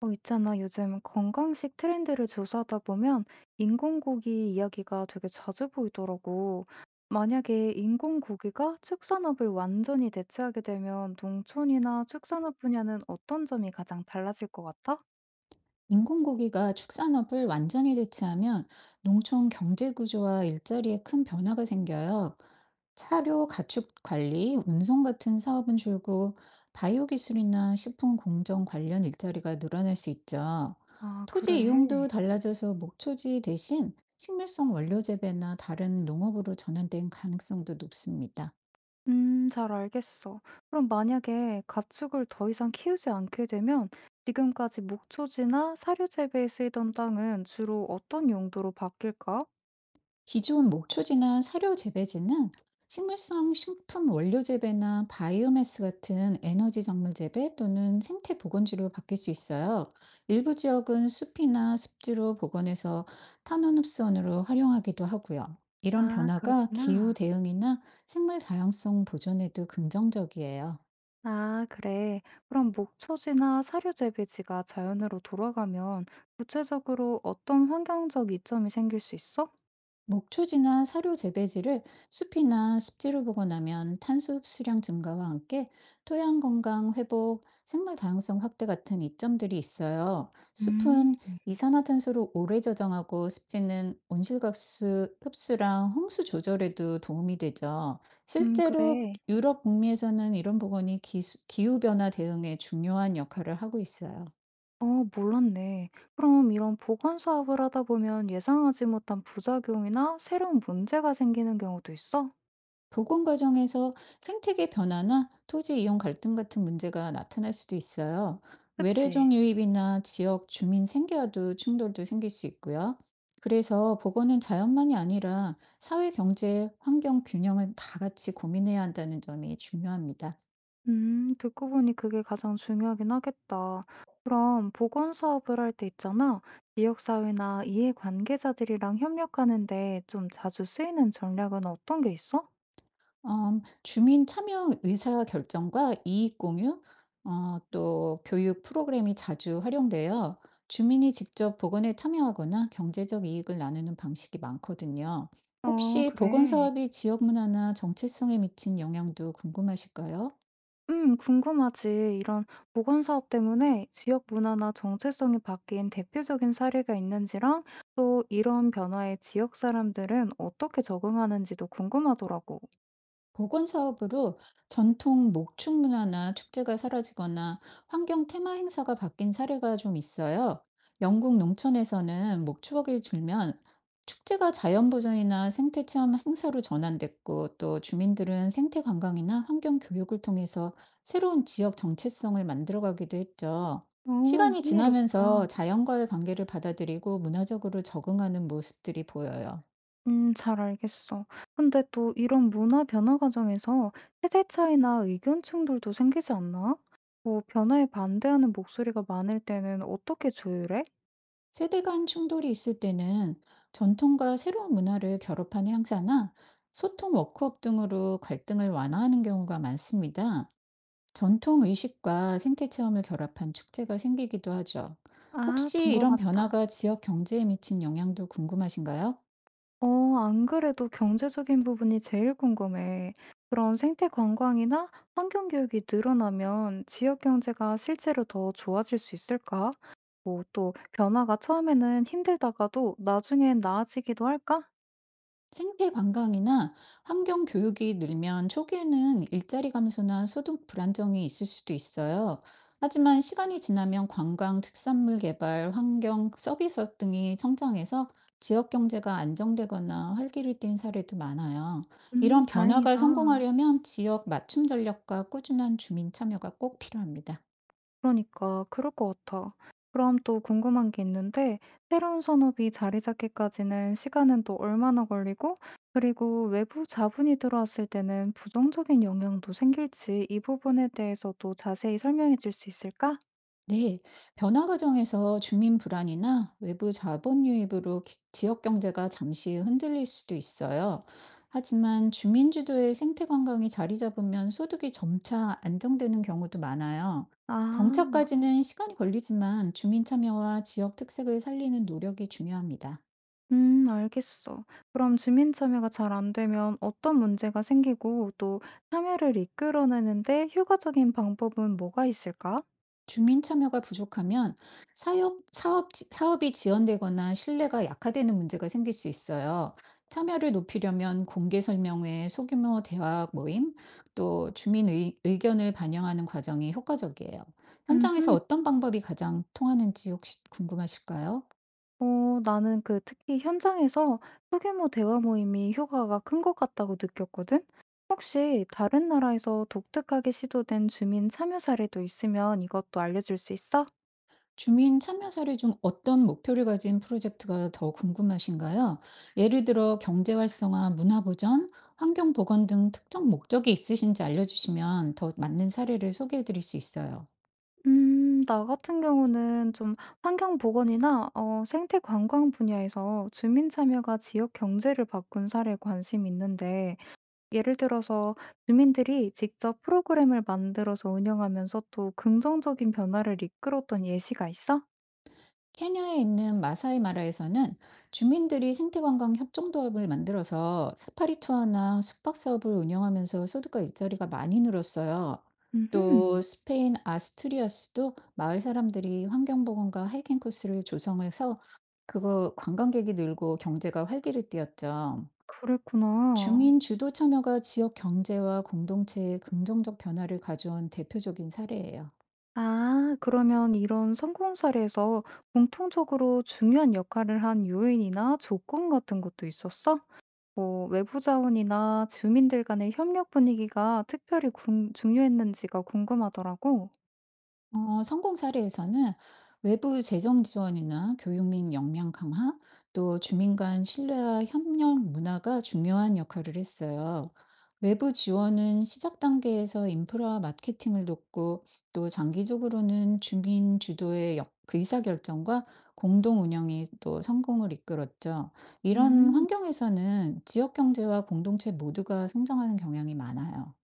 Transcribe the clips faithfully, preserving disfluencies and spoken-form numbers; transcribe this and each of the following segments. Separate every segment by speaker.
Speaker 1: 어, 있잖아. 요즘 건강식 트렌드를 조사하다 보면 인공고기 이야기가 되게 자주 보이더라고. 만약에 인공고기가 축산업을 완전히 대체하게 되면 농촌이나 축산업 분야는 어떤 점이 가장 달라질 것 같아?
Speaker 2: 인공고기가 축산업을 완전히 대체하면 농촌 경제 구조와 일자리에 큰 변화가 생겨요. 차료, 가축 관리, 운송 같은 사업은 줄고 바이오 기술이나 식품 공정 관련 일자리가 늘어날 수 있죠.
Speaker 1: 아, 그래.
Speaker 2: 토지 이용도 달라져서 목초지 대신 식물성 원료 재배나 다른 농업으로 전환된 가능성도 높습니다.
Speaker 1: 음, 잘 알겠어. 그럼 만약에 가축을 더 이상 키우지 않게 되면 지금까지 목초지나 사료 재배에 쓰이던 땅은 주로 어떤 용도로 바뀔까?
Speaker 2: 기존 목초지나 사료 재배지는 식물성 식품 원료 재배나 바이오매스 같은 에너지 작물 재배 또는 생태 복원지로 바뀔 수 있어요. 일부 지역은 숲이나 습지로 복원해서 탄원 흡수원으로 활용하기도 하고요. 이런
Speaker 1: 아,
Speaker 2: 변화가 기후
Speaker 1: 그렇구나.
Speaker 2: 대응이나 생물 다양성 보존에도 긍정적이에요.
Speaker 1: 아, 그래. 그럼 목초지나 사료 재배지가 자연으로 돌아가면 구체적으로 어떤 환경적 이점이 생길 수 있어?
Speaker 2: 목초지나 사료 재배지를 숲이나 습지로 복원하면 탄소 흡수량 증가와 함께 토양 건강 회복, 생물 다양성 확대 같은 이점들이 있어요.
Speaker 1: 음,
Speaker 2: 숲은 이산화탄소를 오래 저장하고 습지는 온실가스 흡수랑 홍수 조절에도 도움이 되죠.
Speaker 1: 음,
Speaker 2: 실제로
Speaker 1: 그래.
Speaker 2: 유럽 북미에서는 이런 복원이 기후 변화 대응에 중요한 역할을 하고 있어요.
Speaker 1: 어, 몰랐네. 그럼 이런 보건 사업을 하다 보면 예상하지 못한 부작용이나 새로운 문제가 생기는 경우도 있어?
Speaker 2: 복원 과정에서 생태계 변화나 토지 이용 갈등 같은 문제가 나타날 수도 있어요.
Speaker 1: 그치?
Speaker 2: 외래종 유입이나 지역 주민 생계와도 충돌도 생길 수 있고요. 그래서 복원은 자연만이 아니라 사회, 경제, 환경 균형을 다 같이 고민해야 한다는 점이 중요합니다.
Speaker 1: 음, 듣고 보니 그게 가장 중요하긴 하겠다. 그럼 보건 사업을 할 때 있잖아. 지역사회나 이해관계자들이랑 협력하는데 좀 자주 쓰이는 전략은 어떤 게 있어?
Speaker 2: 음 주민 참여 의사 결정과 이익 공유, 어 또 교육 프로그램이 자주 활용돼요. 주민이 직접 복원에 참여하거나 경제적 이익을 나누는 방식이 많거든요.
Speaker 1: 어,
Speaker 2: 혹시 복원
Speaker 1: 그래.
Speaker 2: 사업이 지역 문화나 정체성에 미친 영향도 궁금하실까요?
Speaker 1: 음, 궁금하지. 이런 보건 사업 때문에 지역 문화나 정체성이 바뀐 대표적인 사례가 있는지랑 또 이런 변화에 지역 사람들은 어떻게 적응하는지도 궁금하더라고.
Speaker 2: 복원 사업으로 전통 목축 문화나 축제가 사라지거나 환경 테마 행사가 바뀐 사례가 좀 있어요. 영국 농촌에서는 목축이 줄면 축제가 자연 보전이나 생태 체험 행사로 전환됐고 또 주민들은 생태 관광이나 환경 교육을 통해서 새로운 지역 정체성을 만들어가기도 했죠.
Speaker 1: 어,
Speaker 2: 시간이
Speaker 1: 흥미롭다.
Speaker 2: 지나면서 자연과의 관계를 받아들이고 문화적으로 적응하는 모습들이 보여요.
Speaker 1: 음, 잘 알겠어. 근데 또 이런 문화 변화 과정에서 세대 차이나 의견 충돌도 생기지 않나? 뭐 변화에 반대하는 목소리가 많을 때는 어떻게 조율해?
Speaker 2: 세대 간 충돌이 있을 때는 전통과 새로운 문화를 결합한 행사나 소통 워크업 등으로 갈등을 완화하는 경우가 많습니다. 전통 의식과 생태 체험을 결합한 축제가 생기기도 하죠.
Speaker 1: 아, 본
Speaker 2: 혹시
Speaker 1: 것
Speaker 2: 이런
Speaker 1: 같다.
Speaker 2: 변화가 지역 경제에 미친 영향도 궁금하신가요?
Speaker 1: 어, 안 그래도 경제적인 부분이 제일 궁금해. 그런 생태 관광이나 환경 교육이 늘어나면 지역 경제가 실제로 더 좋아질 수 있을까? 뭐 또 변화가 처음에는 힘들다가도 나중엔 나아지기도 할까?
Speaker 2: 생태 관광이나 환경 교육이 늘면 초기에는 일자리 감소나 소득 불안정이 있을 수도 있어요. 하지만 시간이 지나면 관광, 특산물 개발, 환경, 서비스업 등이 성장해서 지역 경제가 안정되거나 활기를 띈 사례도 많아요.
Speaker 1: 음,
Speaker 2: 이런 변화가
Speaker 1: 다행이다.
Speaker 2: 성공하려면 지역 맞춤 전략과 꾸준한 주민 참여가 꼭 필요합니다.
Speaker 1: 그러니까 그럴 것 같아. 그럼 또 궁금한 게 있는데, 새로운 산업이 자리 잡기까지는 시간은 또 얼마나 걸리고, 그리고 외부 자본이 들어왔을 때는 부정적인 영향도 생길지 이 부분에 대해서도 자세히 설명해 줄 수 있을까?
Speaker 2: 네, 변화 과정에서 주민 불안이나 외부 자본 유입으로 기- 지역 경제가 잠시 흔들릴 수도 있어요. 하지만 주민 주도의 생태 관광이 자리 잡으면 소득이 점차 안정되는 경우도 많아요.
Speaker 1: 아,
Speaker 2: 정착까지는 시간이 걸리지만 주민 참여와 지역 특색을 살리는 노력이 중요합니다.
Speaker 1: 음, 알겠어. 그럼 주민 참여가 잘 안 되면 어떤 문제가 생기고 또 참여를 이끌어내는데 효과적인 방법은 뭐가 있을까?
Speaker 2: 주민 참여가 부족하면 사업, 사업, 지- 사업이 지연되거나 신뢰가 약화되는 문제가 생길 수 있어요. 참여를 높이려면 공개 설명회, 소규모 대화 모임, 또 주민 의, 의견을 반영하는 과정이 효과적이에요. 현장에서
Speaker 1: 음
Speaker 2: 어떤 방법이 가장 통하는지 혹시 궁금하실까요?
Speaker 1: 어, 나는 그 특히 현장에서 소규모 대화 모임이 효과가 큰 것 같다고 느꼈거든? 혹시 다른 나라에서 독특하게 시도된 주민 참여 사례도 있으면 이것도 알려줄 수 있어?
Speaker 2: 주민 참여 사례 중 어떤 목표를 가진 프로젝트가 더 궁금하신가요? 예를 들어 경제 활성화, 문화 보전, 환경 보건 등 특정 목적이 있으신지 알려주시면 더 맞는 사례를 소개해 드릴 수 있어요.
Speaker 1: 음, 나 같은 경우는 좀 환경보건이나 어, 생태 관광 분야에서 주민 참여가 지역 경제를 바꾼 사례에 관심 이 있는데, 예를 들어서 주민들이 직접 프로그램을 만들어서 운영하면서 또 긍정적인 변화를 이끌었던 예시가 있어?
Speaker 2: 케냐에 있는 마사이 마라에서는 주민들이 생태관광 협동조합을 만들어서 사파리 투어나 숙박 사업을 운영하면서 소득과 일자리가 많이 늘었어요.
Speaker 1: 음흠.
Speaker 2: 또 스페인 아스투리아스도 마을 사람들이 환경보건과 하이킹 코스를 조성해서 그거 관광객이 늘고 경제가 활기를 띠었죠.
Speaker 1: 그랬구나.
Speaker 2: 주민 주도 참여가 지역 경제와 공동체에 긍정적 변화를 가져온 대표적인 사례예요.
Speaker 1: 아, 그러면 이런 성공 사례에서 공통적으로 중요한 역할을 한 요인이나 조건 같은 것도 있었어? 뭐, 외부 자원이나 주민들 간의 협력 분위기가 특별히 궁- 중요했는지가 궁금하더라고.
Speaker 2: 어, 성공 사례에서는 외부 재정 지원이나 교육 및 역량 강화, 또 주민 간 신뢰와 협력 문화가 중요한 역할을 했어요. 외부 지원은 시작 단계에서 인프라 마케팅을 돕고 또 장기적으로는 주민 주도의 역- 그 의사결정과 공동 운영이 또 성공을 이끌었죠. 이런
Speaker 1: 음.
Speaker 2: 환경에서는 지역 경제와 공동체 모두가 성장하는 경향이 많아요.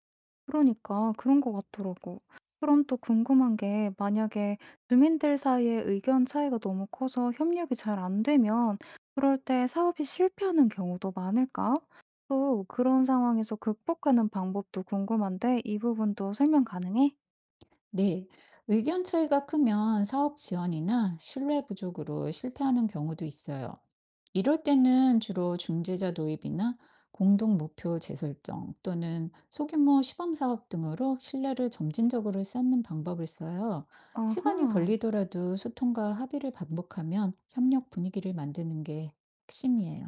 Speaker 1: 그러니까 그런 것 같더라고. 그럼 또 궁금한 게 만약에 주민들 사이에 의견 차이가 너무 커서 협력이 잘 안 되면 그럴 때 사업이 실패하는 경우도 많을까? 또 그런 상황에서 극복하는 방법도 궁금한데 이 부분도 설명 가능해?
Speaker 2: 네, 의견 차이가 크면 사업 지원이나 신뢰 부족으로 실패하는 경우도 있어요. 이럴 때는 주로 중재자 도입이나 공동 목표 재설정 또는 소규모 시범 사업 등으로 신뢰를 점진적으로 쌓는 방법을 써요.
Speaker 1: 어허.
Speaker 2: 시간이 걸리더라도 소통과 합의를 반복하면 협력 분위기를 만드는 게 핵심이에요.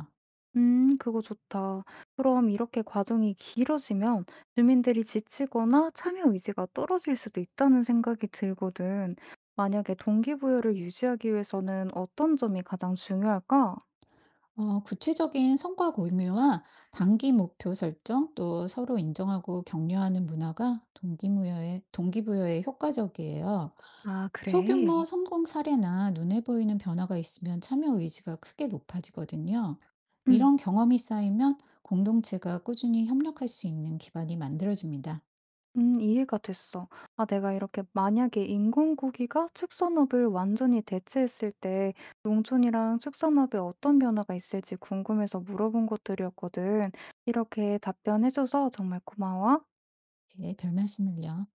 Speaker 1: 음, 그거 좋다. 그럼 이렇게 과정이 길어지면 주민들이 지치거나 참여 의지가 떨어질 수도 있다는 생각이 들거든. 만약에 동기부여를 유지하기 위해서는 어떤 점이 가장 중요할까?
Speaker 2: 어, 구체적인 성과 공유와 단기 목표 설정, 또 서로 인정하고 격려하는 문화가 동기부여에, 동기부여에 효과적이에요.
Speaker 1: 아, 그래.
Speaker 2: 소규모 성공 사례나 눈에 보이는 변화가 있으면 참여 의지가 크게 높아지거든요.
Speaker 1: 응,
Speaker 2: 이런 경험이 쌓이면 공동체가 꾸준히 협력할 수 있는 기반이 만들어집니다.
Speaker 1: 음, 이해가 됐어. 아, 내가 이렇게 만약에 인공고기가 축산업을 완전히 대체했을 때 농촌이랑 축산업에 어떤 변화가 있을지 궁금해서 물어본 것들이었거든. 이렇게 답변해줘서 정말 고마워.
Speaker 2: 예, 별 말씀을요.